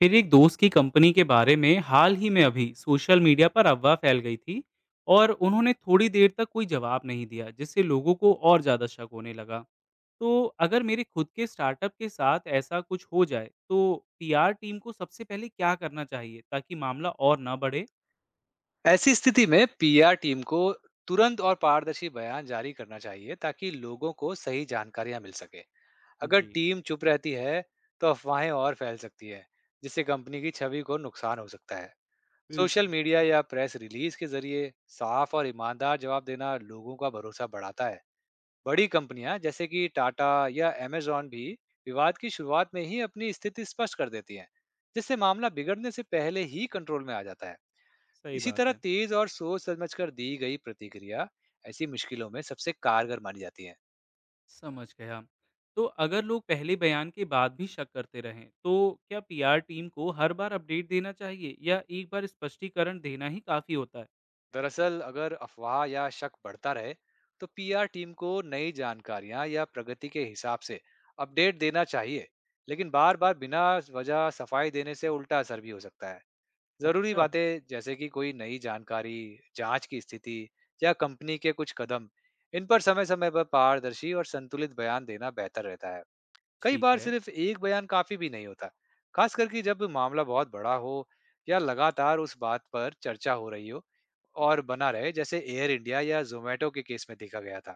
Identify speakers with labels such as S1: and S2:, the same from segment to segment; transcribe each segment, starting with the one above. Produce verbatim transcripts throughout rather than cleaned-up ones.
S1: फिर एक दोस्त की कंपनी के बारे में हाल ही में अभी सोशल मीडिया पर अफवाह फैल गई थी। और उन्होंने थोड़ी देर तक कोई जवाब नहीं दिया, जिससे लोगों को और ज़्यादा शक होने लगा। तो अगर मेरे खुद के स्टार्टअप के साथ ऐसा कुछ हो जाए तो पीआर टीम को सबसे पहले क्या करना चाहिए ताकि मामला और ना बढ़े?
S2: ऐसी स्थिति में पीआर टीम को तुरंत और पारदर्शी बयान जारी करना चाहिए ताकि लोगों को सही जानकारियां मिल सके। अगर
S1: जी।
S2: टीम चुप रहती है तो अफवाहें और फैल सकती है, जिससे कंपनी की छवि को नुकसान हो सकता है। सोशल
S1: बिल्कुल।
S2: मीडिया या प्रेस रिलीज के जरिए साफ और ईमानदार जवाब देना लोगों का भरोसा बढ़ाता है। बड़ी कंपनियां जैसे कि टाटा या अमेजॉन भी विवाद की शुरुआत में ही अपनी स्थिति स्पष्ट कर देती हैं, जिससे मामला बिगड़ने से पहले ही कंट्रोल में आ जाता है।
S1: सही
S2: इसी
S1: बात
S2: तरह
S1: है।
S2: तेज और सोच समझकर दी गई प्रतिक्रिया ऐसी मुश्किलों में सबसे कारगर मानी जाती है।
S1: समझ गया। तो अगर लोग पहले बयान के बाद भी शक करते रहें तो क्या पीआर टीम को हर बार अपडेट देना चाहिए या एक बार स्पष्टीकरण देना ही काफ़ी होता है?
S2: दरअसल अगर अफवाह या शक बढ़ता रहे तो पीआर टीम को नई जानकारियां या प्रगति के हिसाब से अपडेट देना चाहिए, लेकिन बार बार बिना वजह सफाई देने से उल्टा असर भी हो सकता है। जरूरी
S1: अच्छा।
S2: बातें जैसे कि कोई नई जानकारी, जांच की स्थिति या कंपनी के कुछ कदम, इन पर समय समय पर पारदर्शी और संतुलित बयान देना बेहतर रहता है। कई
S1: ठीक
S2: बार
S1: है।
S2: सिर्फ एक बयान काफी भी नहीं होता, खास करके जब मामला बहुत बड़ा हो या लगातार उस बात पर चर्चा हो रही हो और बना रहे, जैसे एयर इंडिया या जोमेटो के केस में देखा गया था।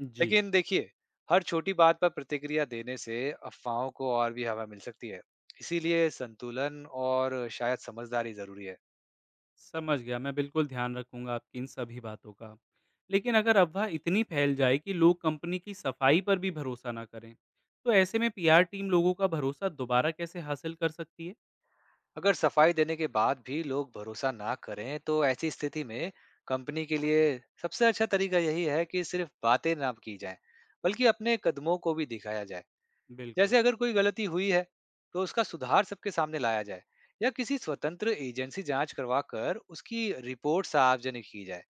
S1: जी।
S2: लेकिन देखिए, हर छोटी बात पर प्रतिक्रिया देने से अफवाहों को और भी हवा मिल सकती है, इसीलिए संतुलन और शायद समझदारी जरूरी है।
S1: समझ गया। मैं बिल्कुल ध्यान रखूँगा आपकी इन सभी बातों का। लेकिन अगर अफ़वाह इतनी फैल जाए कि लोग कंपनी की सफाई पर भी भरोसा ना करें, तो ऐसे में पीआर टीम लोगों का भरोसा दोबारा कैसे हासिल कर सकती है?
S2: अगर सफाई देने के बाद भी लोग भरोसा ना करें तो ऐसी स्थिति में कंपनी के लिए सबसे अच्छा तरीका यही है कि सिर्फ बातें ना की जाएं, बल्कि अपने कदमों को भी दिखाया जाए।
S1: बिल्कुल।
S2: जैसे अगर कोई गलती हुई है तो उसका सुधार सबके सामने लाया जाए, या किसी स्वतंत्र एजेंसी जांच करवा कर उसकी रिपोर्ट सार्वजनिक की जाए।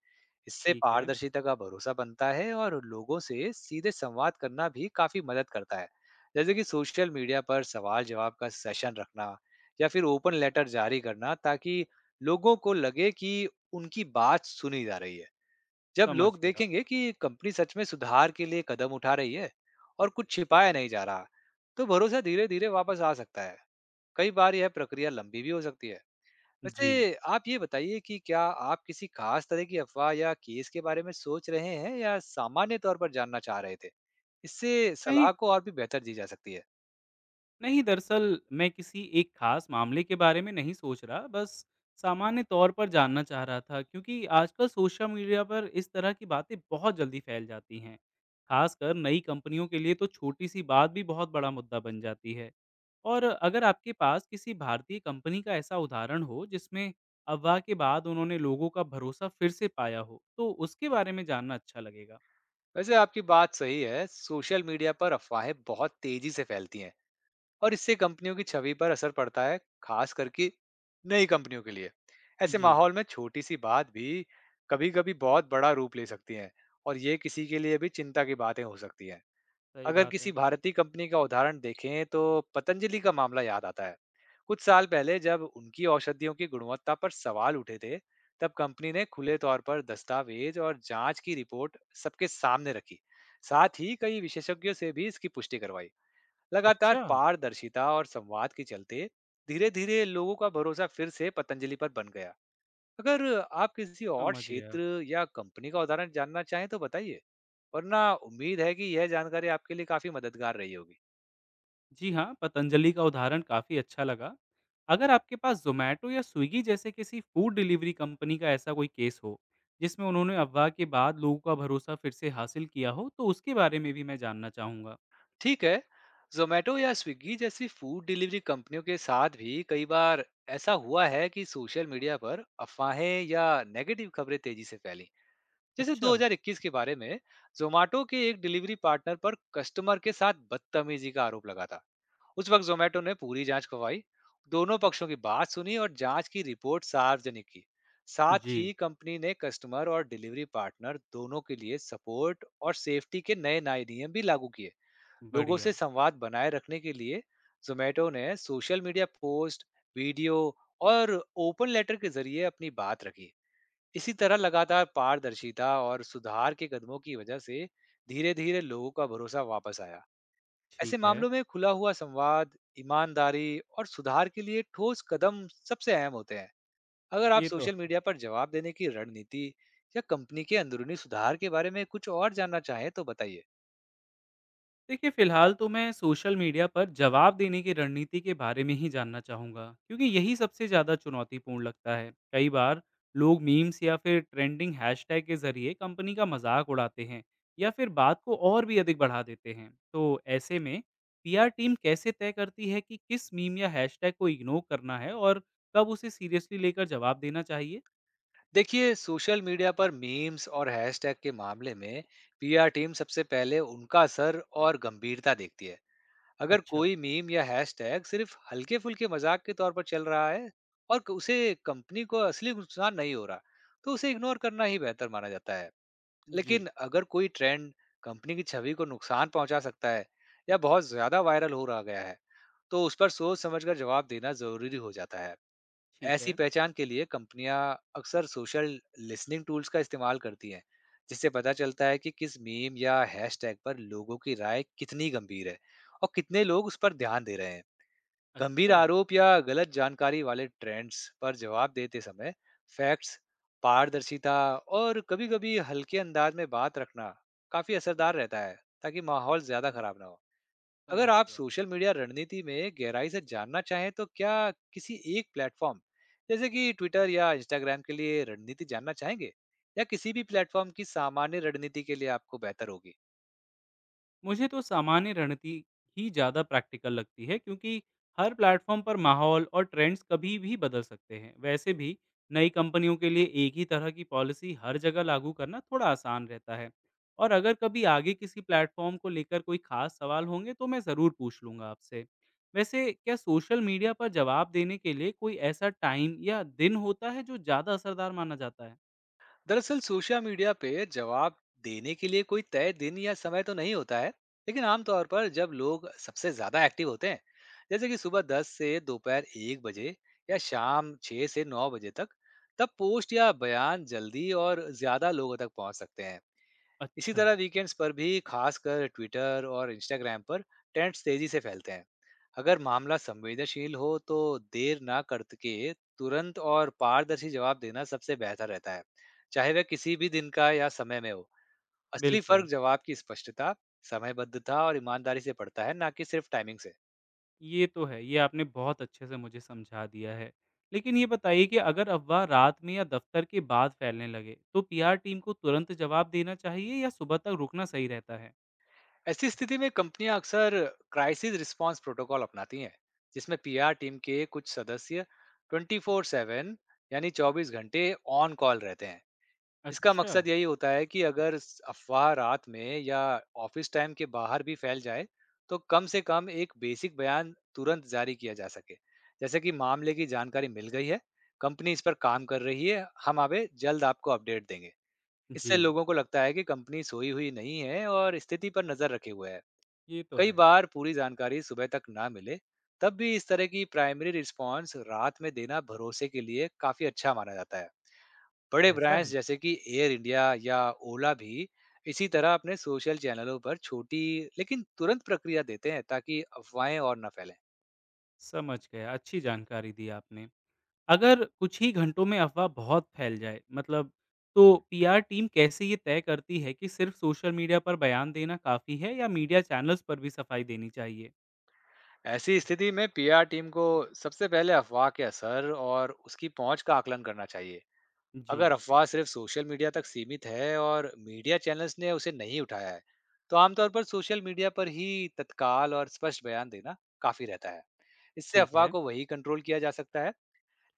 S2: इससे
S1: ठीक है।
S2: पारदर्शिता का भरोसा बनता है, और लोगों से सीधे संवाद करना भी काफी मदद करता है। जैसे कि सोशल मीडिया पर सवाल जवाब का सेशन रखना, या फिर ओपन लेटर जारी करना, ताकि लोगों को लगे कि उनकी बात सुनी जा रही है। जब
S1: समझ
S2: लोग
S1: गया।
S2: देखेंगे कि कंपनी सच में सुधार के लिए कदम उठा रही है और कुछ छिपाया नहीं जा रहा, तो भरोसा धीरे धीरे वापस आ सकता है। कई बार यह प्रक्रिया लंबी भी हो सकती है।
S1: जी।
S2: वैसे आप ये बताइए कि क्या आप किसी खास तरह की अफवाह या केस के बारे में सोच रहे हैं, या सामान्य तौर पर जानना चाह रहे थे। इससे
S1: नहीं,
S2: सलाह को और भी बेहतर दी जा सकती है।
S1: नहीं, दरअसल मैं किसी एक खास मामले के बारे में नहीं सोच रहा, बस सामान्य तौर पर जानना चाह रहा था, क्योंकि आजकल सोशल मीडिया पर इस तरह की बातें बहुत जल्दी फैल जाती हैं। खासकर नई कंपनियों के लिए तो छोटी-सी बात भी बहुत बड़ा मुद्दा बन जाती है। और अगर आपके पास किसी भारतीय कंपनी का ऐसा उदाहरण हो जिसमें अफवाह के बाद उन्होंने लोगों का भरोसा फिर से पाया हो, तो उसके बारे में जानना अच्छा लगेगा।
S2: वैसे आपकी बात सही है, सोशल मीडिया पर अफवाहें बहुत तेजी से फैलती हैं और इससे कंपनियों की छवि पर असर पड़ता है, खास करके नई कंपनियों के लिए। ऐसे
S1: जी।
S2: माहौल में छोटी सी बात भी कभी कभी बहुत बड़ा रूप ले सकती है, और ये किसी के लिए भी चिंता की बातें हो सकती हैं।
S1: सही
S2: अगर
S1: बात
S2: किसी
S1: है।
S2: भारतीय कंपनी का उदाहरण देखें तो पतंजलि का मामला याद आता है। कुछ साल पहले जब उनकी औषधियों की गुणवत्ता पर सवाल उठे थे, तब कंपनी ने खुले तौर पर दस्तावेज और जांच की रिपोर्ट सबके सामने रखी। साथ ही कई विशेषज्ञों से भी इसकी पुष्टि करवाई। लगातार
S1: अच्छा।
S2: पारदर्शिता और संवाद के चलते धीरे धीरे लोगों का भरोसा फिर से पतंजलि पर बन गया। अगर आप किसी और
S1: समझ गया।
S2: क्षेत्र या कंपनी का उदाहरण जानना चाहें तो बताइए, वरना उम्मीद है कि यह जानकारी आपके लिए काफी मददगार रही होगी।
S1: जी हाँ, पतंजलि का उदाहरण काफ़ी अच्छा लगा। अगर आपके पास ज़ोमैटो या स्विगी जैसे किसी फूड डिलीवरी कंपनी का ऐसा कोई केस हो, जिसमें उन्होंने अफवाह के बाद लोगों का भरोसा फिर से हासिल किया हो, तो उसके बारे में भी मैं जानना चाहूँगा।
S2: ठीक है, जोमेटो या स्विगी जैसी फूड डिलीवरी कंपनियों के साथ भी कई बार ऐसा हुआ है कि सोशल मीडिया पर अफवाहें या नेगेटिव खबरें तेजी से फैली। जैसे
S1: अच्छा।
S2: दो हज़ार इक्कीस के बारे में, जोमेटो के एक डिलीवरी पार्टनर पर कस्टमर के साथ बदतमीजी का आरोप लगा था। उस वक्त जोमेटो ने पूरी जांच करवाई, दोनों पक्षों की बात सुनी और जांच की रिपोर्ट सार्वजनिक की। साथ
S1: जी।
S2: ही कंपनी ने कस्टमर और डिलीवरी पार्टनर दोनों के लिए सपोर्ट और सेफ्टी के नए नए नियम भी लागू किए। लोगों से
S1: बढ़िया।
S2: संवाद बनाए रखने के लिए जोमेटो ने सोशल मीडिया पोस्ट, वीडियो और ओपन लेटर के जरिए अपनी बात रखी। इसी तरह लगातार पारदर्शिता और सुधार के कदमों की वजह से धीरे धीरे लोगों का भरोसा वापस आया। ऐसे
S1: ठीक है।
S2: मामलों में खुला हुआ संवाद, ईमानदारी और सुधार के लिए ठोस कदम सबसे अहम होते हैं। अगर आप
S1: ये तो
S2: सोशल
S1: है।
S2: मीडिया पर जवाब देने की रणनीति या कंपनी के अंदरूनी सुधार के बारे में कुछ और जानना चाहें तो बताइए।
S1: देखिए, फिलहाल तो मैं सोशल मीडिया पर जवाब देने की रणनीति के बारे में ही जानना चाहूँगा, क्योंकि यही सबसे ज़्यादा चुनौतीपूर्ण लगता है। कई बार लोग मीम्स या फिर ट्रेंडिंग हैशटैग के ज़रिए कंपनी का मजाक उड़ाते हैं या फिर बात को और भी अधिक बढ़ा देते हैं। तो ऐसे में पीआर टीम कैसे तय करती है कि किस मीम या हैशटैग को इग्नोर करना है और कब उसे सीरियसली लेकर जवाब देना चाहिए?
S2: देखिए, सोशल मीडिया पर मीम्स और हैशटैग के मामले में पीआर टीम सबसे पहले उनका असर और गंभीरता देखती है। अगर
S1: अच्छा।
S2: कोई मीम या हैशटैग सिर्फ हल्के फुल्के मजाक के तौर पर चल रहा है और क- उसे कंपनी को असली नुकसान नहीं हो रहा, तो उसे इग्नोर करना ही बेहतर माना जाता है।
S1: जी।
S2: लेकिन अगर कोई ट्रेंड कंपनी की छवि को नुकसान पहुंचा सकता है या बहुत ज्यादा वायरल हो रहा गया है, तो उस पर सोच समझकर जवाब देना जरूरी हो जाता है।
S1: ठीक
S2: ऐसी
S1: है।
S2: पहचान के लिए कंपनियां अक्सर सोशल लिसनिंग टूल्स का इस्तेमाल करती हैं, जिससे पता चलता है कि किस मीम या हैशटैग पर लोगों की राय कितनी गंभीर है और कितने लोग उस पर ध्यान दे रहे हैं। गंभीर
S1: अच्छा।
S2: आरोप या गलत जानकारी वाले ट्रेंड्स पर जवाब देते समय फैक्ट्स, पारदर्शिता और कभी-कभी हल्के अंदाज में बात रखना काफी असरदार रहता है, ताकि माहौल ज्यादा
S1: सम-
S2: खराब ना हो। अगर
S1: समझ
S2: आप
S1: गया।
S2: सोशल मीडिया रणनीति में गहराई से जानना चाहें, तो क्या किसी एक प्लेटफॉर्म जैसे कि ट्विटर या इंस्टाग्राम के लिए रणनीति जानना चाहेंगे, या किसी भी प्लेटफॉर्म की सामान्य रणनीति के लिए आपको बेहतर होगी।
S1: मुझे तो सामान्य रणनीति ही ज़्यादा प्रैक्टिकल लगती है, क्योंकि हर प्लेटफॉर्म पर माहौल और ट्रेंड्स कभी भी बदल सकते हैं। वैसे भी नई कंपनियों के लिए एक ही तरह की पॉलिसी हर जगह लागू करना थोड़ा आसान रहता है। और अगर कभी आगे किसी प्लेटफॉर्म को लेकर कोई खास सवाल होंगे तो मैं ज़रूर पूछ लूँगा आपसे। वैसे क्या सोशल मीडिया पर जवाब देने के लिए कोई ऐसा टाइम या दिन होता है जो ज़्यादा असरदार माना जाता है?
S2: दरअसल सोशल मीडिया पे जवाब देने के लिए कोई तय दिन या समय तो नहीं होता है, लेकिन आमतौर पर जब लोग सबसे ज्यादा एक्टिव होते हैं, जैसे कि सुबह दस से दोपहर एक बजे या शाम छः से नौ बजे तक, तब पोस्ट या बयान जल्दी और ज्यादा लोगों तक पहुंच सकते हैं। इसी
S1: अच्छा।
S2: तरह वीकेंड्स पर भी, खासकर ट्विटर और इंस्टाग्राम पर, ट्रेंड्स तेजी से फैलते हैं। अगर मामला संवेदनशील हो तो देर ना करके तुरंत और पारदर्शी जवाब देना सबसे बेहतर रहता है, चाहे वह किसी भी दिन का या समय में हो। असली फर्क
S1: बिल्कुल।
S2: जवाब की स्पष्टता, समयबद्धता और ईमानदारी से पड़ता है, ना कि सिर्फ टाइमिंग से।
S1: ये तो है, ये आपने बहुत अच्छे से मुझे समझा दिया है। लेकिन ये बताइए कि अगर अफ़वाह रात में या दफ़्तर के बाद फैलने लगे, तो पीआर टीम को तुरंत जवाब देना चाहिए या सुबह तक रुकना सही रहता है?
S2: ऐसी स्थिति में कंपनियां अक्सर क्राइसिस रिस्पांस प्रोटोकॉल अपनाती हैं, जिसमें पीआर टीम के कुछ सदस्य ट्वेंटी फोर बाय सेवन, यानी ट्वेंटी फोर घंटे ऑन कॉल रहते हैं। इसका
S1: अच्छा।
S2: मकसद यही होता है कि अगर स- अफवाह रात में या ऑफिस टाइम के बाहर भी फैल जाए, तो कम से कम एक बेसिक बयान तुरंत जारी किया जा सके, जैसे कि मामले की जानकारी मिल गई है, कंपनी इस पर काम कर रही है, हम आगे जल्द आपको अपडेट देंगे। इससे
S1: जी।
S2: लोगों को लगता है कि कंपनी सोई हुई नहीं है और स्थिति पर नजर रखे हुए है।
S1: ये तो
S2: कई
S1: है।
S2: बार पूरी जानकारी सुबह तक ना मिले, तब भी इस तरह की प्राइमरी रिस्पॉन्स रात में देना भरोसे के लिए काफी अच्छा माना जाता है। बड़े
S1: ऐसा
S2: ब्रांड्स
S1: है।
S2: जैसे कि एयर इंडिया या ओला भी इसी तरह अपने सोशल चैनलों पर छोटी लेकिन तुरंत प्रक्रिया देते हैं, ताकि अफवाहें और न फैलें।
S1: समझ गया, अच्छी जानकारी दी आपने। अगर कुछ ही घंटों में अफ़वाह बहुत फैल जाए, मतलब, तो पीआर टीम कैसे ये तय करती है कि सिर्फ़ सोशल मीडिया पर बयान देना काफ़ी है या मीडिया चैनल्स पर भी सफाई देनी चाहिए?
S2: ऐसी स्थिति में पीआर टीम को सबसे पहले अफवाह के असर और उसकी पहुंच का आकलन करना चाहिए।
S1: जी।
S2: अगर अफवाह सिर्फ सोशल मीडिया तक सीमित है और मीडिया चैनल्स ने उसे नहीं उठाया है, तो आमतौर पर सोशल मीडिया पर ही तत्काल और स्पष्ट बयान देना काफी रहता है। इससे
S1: ठीक
S2: अफवाह
S1: है।
S2: को वही कंट्रोल किया जा सकता है।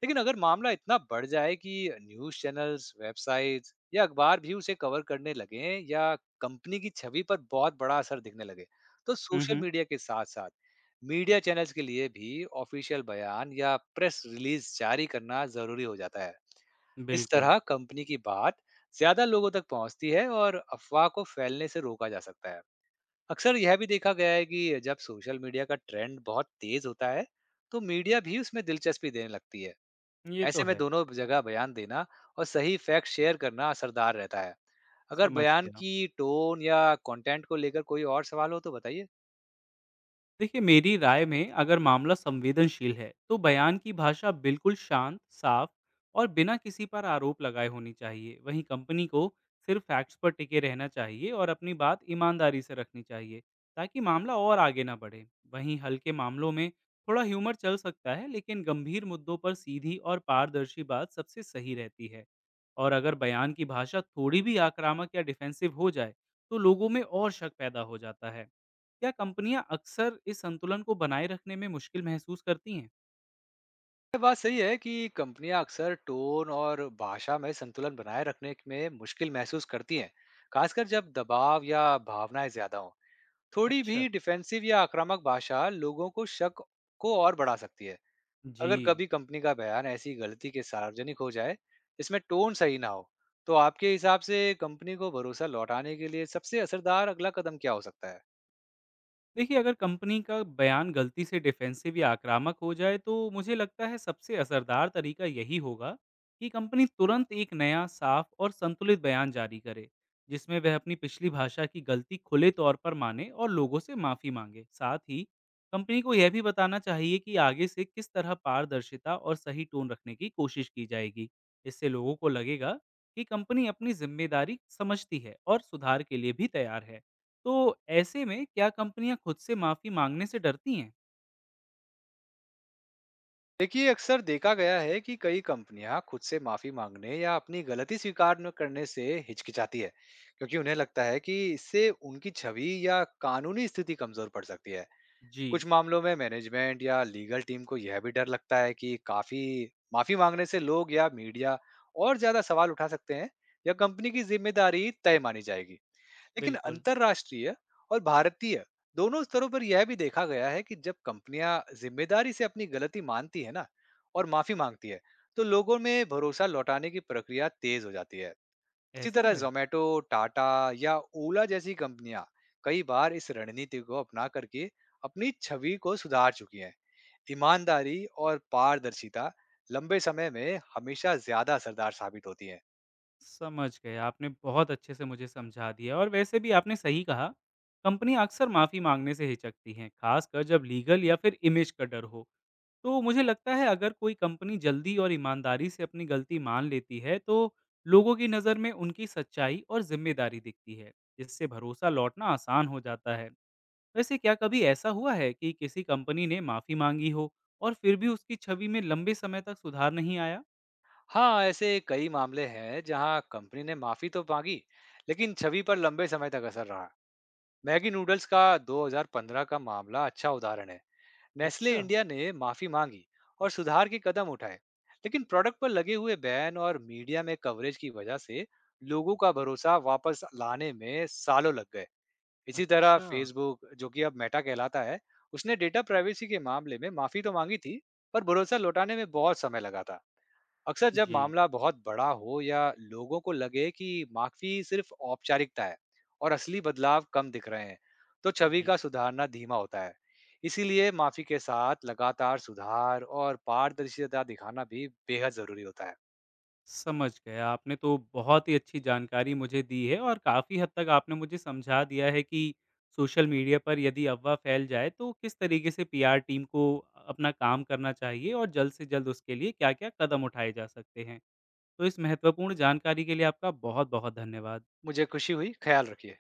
S2: लेकिन अगर मामला इतना बढ़ जाए कि न्यूज़ चैनल्स, वेबसाइट्स या अखबार भी उसे कवर करने लगें, या कंपनी की छवि पर बहुत बड़ा असर दिखने लगे, तो
S1: हुँ,
S2: सोशल
S1: हुँ,
S2: मीडिया के साथ-साथ मीडिया चैनल्स के लिए भी ऑफिशियल बयान या प्रेस रिलीज़ जारी करना ज़रूरी हो जाता है। इस
S1: बिल्कुल।
S2: तरह कंपनी की बात ज़्यादा लोगों तक पहुँचती है और अफ़वाह को फैलने से रोका जा सकता है। अक्सर यह भी देखा गया है कि जब सोशल मीडिया का ट्रेंड बहुत तेज़ होता है, तो मीडिया भी उसमें दिलचस्पी देने लगती है।
S1: ये तो
S2: ऐसे में
S1: है,
S2: दोनों जगह बयान देना और सही फैक्ट शेयर करना असरदार रहता है। अगर
S1: समझ
S2: बयान
S1: गया।
S2: की टोन या कंटेंट को लेकर कोई और सवाल हो तो बताइए।
S1: देखिए, मेरी राय में अगर मामला संवेदनशील है तो बयान की भाषा बिल्कुल शांत, साफ और बिना किसी पर आरोप लगाए होनी चाहिए। वहीं कंपनी को सिर्फ फैक्ट्स पर टिके रहना चाहिए और अपनी बात ईमानदारी से रखनी चाहिए ताकि मामला और आगे ना बढ़े। वहीं हल्के मामलों में थोड़ा ह्यूमर चल सकता है, लेकिन गंभीर मुद्दों पर सीधी और पारदर्शी बात सबसे सही रहती है। और अगर बयान की भाषा थोड़ी भी आक्रामक या डिफेंसिव हो जाए तो लोगों में और शक पैदा हो जाता है। क्या कंपनियां अक्सर इस संतुलन को बनाए रखने में मुश्किल महसूस करती हैं?
S2: ये बात सही है कि कंपनियां अक्सर टोन और भाषा में संतुलन बनाए रखने में मुश्किल महसूस करती हैं, खासकर जब दबाव या भावनाएं ज्यादा हों। थोड़ी
S1: अच्छा।
S2: भी डिफेंसिव या आक्रामक भाषा लोगों को शक को और बढ़ा सकती है।
S1: जी।
S2: अगर कभी कंपनी का बयान ऐसी गलती के सार्वजनिक हो जाए, इसमें टोन सही ना हो, तो आपके हिसाब से कंपनी को भरोसा लौटाने के लिए सबसे असरदार अगला कदम क्या हो सकता है।
S1: देखिए, अगर कंपनी का बयान गलती से डिफेंसिव या आक्रामक हो जाए तो मुझे लगता है सबसे असरदार तरीका यही होगा कि कंपनी तुरंत एक नया, साफ और संतुलित बयान जारी करे, जिसमें वह अपनी पिछली भाषा की गलती खुले तौर पर माने और लोगों से माफी मांगे। साथ ही कंपनी को यह भी बताना चाहिए कि आगे से किस तरह पारदर्शिता और सही टोन रखने की कोशिश की जाएगी। इससे लोगों को लगेगा कि कंपनी अपनी जिम्मेदारी समझती है और सुधार के लिए भी तैयार है। तो ऐसे में क्या कंपनियां खुद से माफी मांगने से डरती हैं?
S2: देखिए, अक्सर देखा गया है कि कई कंपनियां खुद से माफी मांगने या अपनी गलती स्वीकार न करने से हिचकिचाती है, क्योंकि उन्हें लगता है कि इससे उनकी छवि या कानूनी स्थिति कमजोर पड़ सकती है।
S1: जी।
S2: कुछ मामलों में मैनेजमेंट या लीगल टीम को यह भी डर लगता है कि काफी माफी मांगने से लोग या मीडिया और ज्यादा सवाल उठा सकते हैं, या कंपनी की जिम्मेदारी तय मानी जाएगी। लेकिन
S1: बिल्कुल।
S2: अंतरराष्ट्रीय और भारतीय दोनों स्तरों पर यह भी देखा गया है कि जब कंपनियां जिम्मेदारी से अपनी गलती मानती है ना, और माफी मांगती है, तो लोगों में भरोसा लौटाने की प्रक्रिया तेज हो जाती है। इसी
S1: ऐसा
S2: तरह
S1: है।
S2: जोमेटो, टाटा या ओला जैसी कंपनियां कई बार इस रणनीति को अपना करके अपनी छवि को सुधार चुकी हैं। ईमानदारी और पारदर्शिता लंबे समय में हमेशा ज्यादा असरदार साबित होती है।
S1: समझ गए, आपने बहुत अच्छे से मुझे समझा दिया और वैसे भी आपने सही कहा। कंपनी अक्सर माफी मांगने से हिचकती हैं, खासकर जब लीगल या फिर इमेज का डर हो। तो मुझे लगता है अगर कोई कंपनी जल्दी और ईमानदारी से अपनी गलती मान लेती है तो लोगों की नज़र में उनकी सच्चाई और जिम्मेदारी दिखती है, जिससे भरोसा लौटना आसान हो जाता है। वैसे क्या कभी ऐसा हुआ है कि किसी कंपनी ने माफी मांगी हो और फिर भी उसकी छवि में लंबे समय तक सुधार नहीं आया?
S2: हाँ, ऐसे कई मामले हैं जहाँ कंपनी ने माफी तो मांगी, लेकिन छवि पर लंबे समय तक असर रहा। मैगी नूडल्स का दो हज़ार पंद्रह का मामला अच्छा उदाहरण है। नेस्ले
S1: अच्छा।
S2: इंडिया ने माफी मांगी और सुधार के कदम उठाए, लेकिन प्रोडक्ट पर लगे हुए बैन और मीडिया में कवरेज की वजह से लोगों का भरोसा वापस लाने में सालों लग गए। इसी तरह
S1: अच्छा।
S2: फेसबुक, जो कि अब मेटा कहलाता है, उसने डेटा प्राइवेसी के मामले में माफी तो मांगी थी, पर भरोसा लौटाने में बहुत समय लगा था। अक्सर जब
S1: जी।
S2: मामला बहुत बड़ा हो या लोगों को लगे कि माफी सिर्फ औपचारिकता है और असली बदलाव कम दिख रहे हैं, तो छवि
S1: जी।
S2: का सुधारना धीमा होता है। इसीलिए माफी के साथ लगातार सुधार और पारदर्शिता दिखाना भी बेहद जरूरी होता है।
S1: समझ गया। आपने तो बहुत ही अच्छी जानकारी मुझे दी है और काफ़ी हद तक आपने मुझे समझा दिया है कि सोशल मीडिया पर यदि अफ़वाह फैल जाए तो किस तरीके से पीआर टीम को अपना काम करना चाहिए और जल्द से जल्द उसके लिए क्या-क्या कदम उठाए जा सकते हैं। तो इस महत्वपूर्ण जानकारी के लिए आपका बहुत-बहुत धन्यवाद।
S2: मुझे खुशी हुई, ख्याल रखिए।